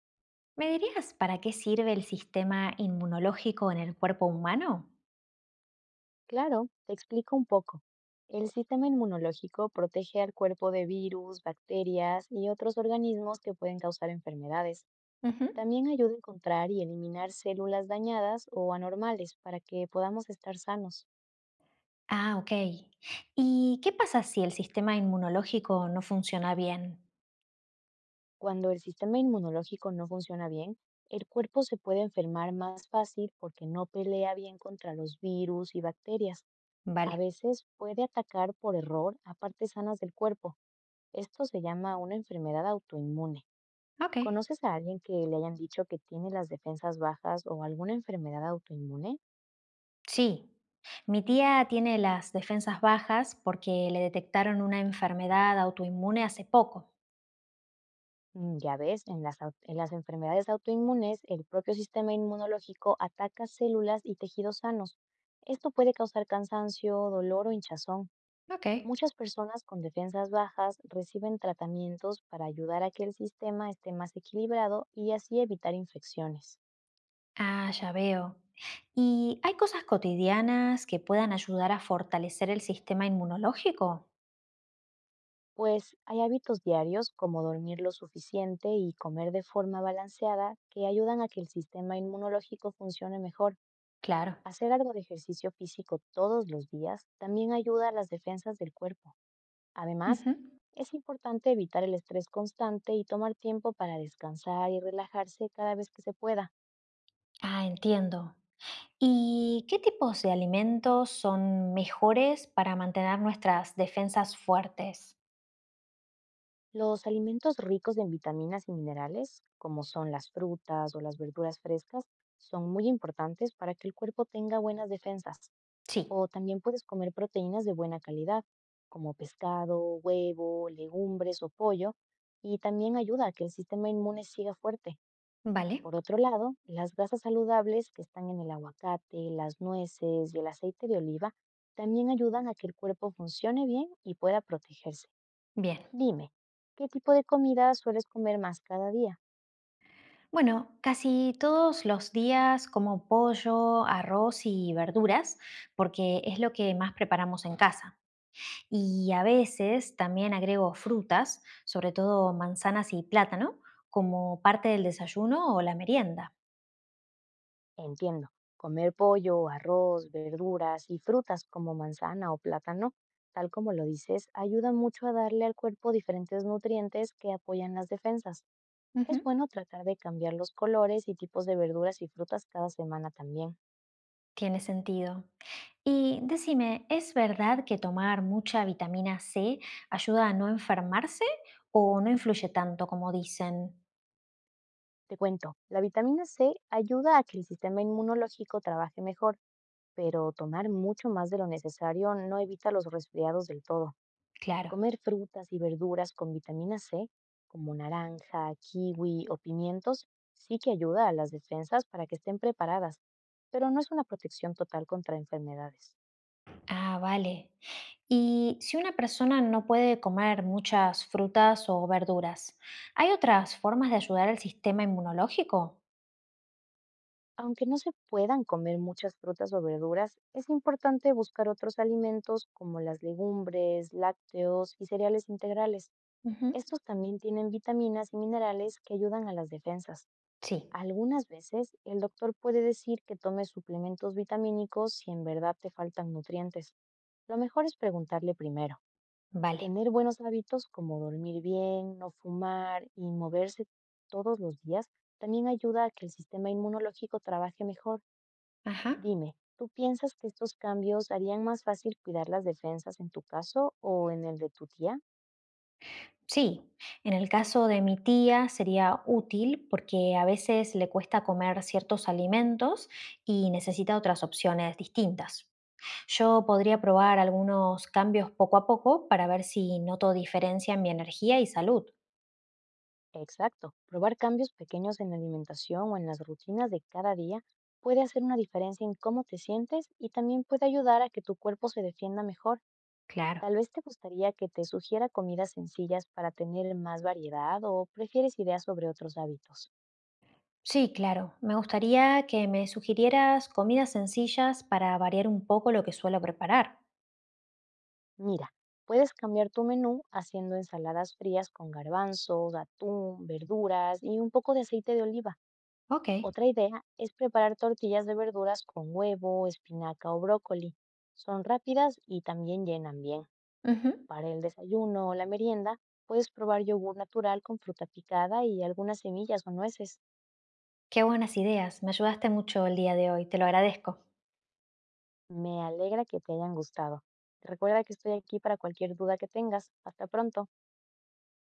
¿Me dirías para qué sirve el sistema inmunológico en el cuerpo humano? Claro, te explico un poco. El sistema inmunológico protege al cuerpo de virus, bacterias y otros organismos que pueden causar enfermedades. Ujú. También ayuda a encontrar y eliminar células dañadas o anormales para que podamos estar sanos. Ah, ok. ¿Y qué pasa si el sistema inmunológico no funciona bien? Cuando el sistema inmunológico no funciona bien, el cuerpo se puede enfermar más fácil porque no pelea bien contra los virus y bacterias. A Vale. veces puede atacar por error a partes sanas del cuerpo. Esto se llama una enfermedad autoinmune. Ok. ¿Conoces a alguien que le hayan dicho que tiene las defensas bajas o alguna enfermedad autoinmune? Sí. Mi tía tiene las defensas bajas porque le detectaron una enfermedad autoinmune hace poco. Ya ves, en las enfermedades autoinmunes, el propio sistema inmunológico ataca células y tejidos sanos. Esto puede causar cansancio, dolor o hinchazón. Ok. Muchas personas con defensas bajas reciben tratamientos para ayudar a que el sistema esté más equilibrado y así evitar infecciones. Ah, ya veo. ¿Y hay cosas cotidianas que puedan ayudar a fortalecer el sistema inmunológico? Pues hay hábitos diarios como dormir lo suficiente y comer de forma balanceada que ayudan a que el sistema inmunológico funcione mejor. Claro. Hacer algo de ejercicio físico todos los días también ayuda a las defensas del cuerpo. Además, Ujú. es importante evitar el estrés constante y tomar tiempo para descansar y relajarse cada vez que se pueda. Ah, entiendo. ¿Y qué tipos de alimentos son mejores para mantener nuestras defensas fuertes? Los alimentos ricos en vitaminas y minerales, como son las frutas o las verduras frescas, son muy importantes para que el cuerpo tenga buenas defensas. Sí, O también puedes comer proteínas de buena calidad, como pescado, huevo, legumbres o pollo, y también ayuda a que el sistema inmune siga fuerte. vale, Por otro lado, las grasas saludables que están en el aguacate, las nueces y el aceite de oliva también ayudan a que el cuerpo funcione bien y pueda protegerse. bien. Dime, ¿qué tipo de comida sueles comer más cada día? Bueno, casi todos los días como pollo, arroz y verduras, porque es lo que más preparamos en casa. Y a veces también agrego frutas, sobre todo manzanas y plátano, como parte del desayuno o la merienda. Entiendo. Comer pollo, arroz, verduras y frutas como manzana o plátano, tal como lo dices, ayuda mucho a darle al cuerpo diferentes nutrientes que apoyan las defensas. Es Ujú. bueno tratar de cambiar los colores y tipos de verduras y frutas cada semana también. Tiene sentido. Y decime, ¿es verdad que tomar mucha vitamina C ayuda a no enfermarse o no influye tanto como dicen? Te cuento, la vitamina C ayuda a que el sistema inmunológico trabaje mejor, pero tomar mucho más de lo necesario no evita los resfriados del todo. Claro. Comer frutas y verduras con vitamina C, como naranja, kiwi o pimientos, sí que ayuda a las defensas para que estén preparadas, pero no es una protección total contra enfermedades. Ah, vale. Y si una persona no puede comer muchas frutas o verduras, ¿hay otras formas de ayudar al sistema inmunológico? Aunque no se puedan comer muchas frutas o verduras, es importante buscar otros alimentos como las legumbres, lácteos y cereales integrales. Ujú. Estos también tienen vitaminas y minerales que ayudan a las defensas. Sí, Algunas veces el doctor puede decir que tomes suplementos vitamínicos si en verdad te faltan nutrientes. Lo mejor es preguntarle primero. vale. Tener buenos hábitos como dormir bien, no fumar y moverse todos los días también ayuda a que el sistema inmunológico trabaje mejor. Ajá. Dime, ¿tú piensas que estos cambios harían más fácil cuidar las defensas en tu caso o en el de tu tía? Sí, en el caso de mi tía sería útil porque a veces le cuesta comer ciertos alimentos y necesita otras opciones distintas. Yo podría probar algunos cambios poco a poco para ver si noto diferencia en mi energía y salud. Exacto. Probar cambios pequeños en la alimentación o en las rutinas de cada día puede hacer una diferencia en cómo te sientes y también puede ayudar a que tu cuerpo se defienda mejor. Claro. Tal vez te gustaría que te sugiera comidas sencillas para tener más variedad o prefieres ideas sobre otros hábitos. Sí, claro. Me gustaría que me sugirieras comidas sencillas para variar un poco lo que suelo preparar. Mira, puedes cambiar tu menú haciendo ensaladas frías con garbanzos, atún, verduras y un poco de aceite de oliva. Ok. Otra idea es preparar tortillas de verduras con huevo, espinaca o brócoli. Son rápidas y también llenan bien. Ujú. Para el desayuno o la merienda, puedes probar yogur natural con fruta picada y algunas semillas o nueces. Qué buenas ideas. Me ayudaste mucho el día de hoy. Te lo agradezco. Me alegra que te hayan gustado. Recuerda que estoy aquí para cualquier duda que tengas. Hasta pronto.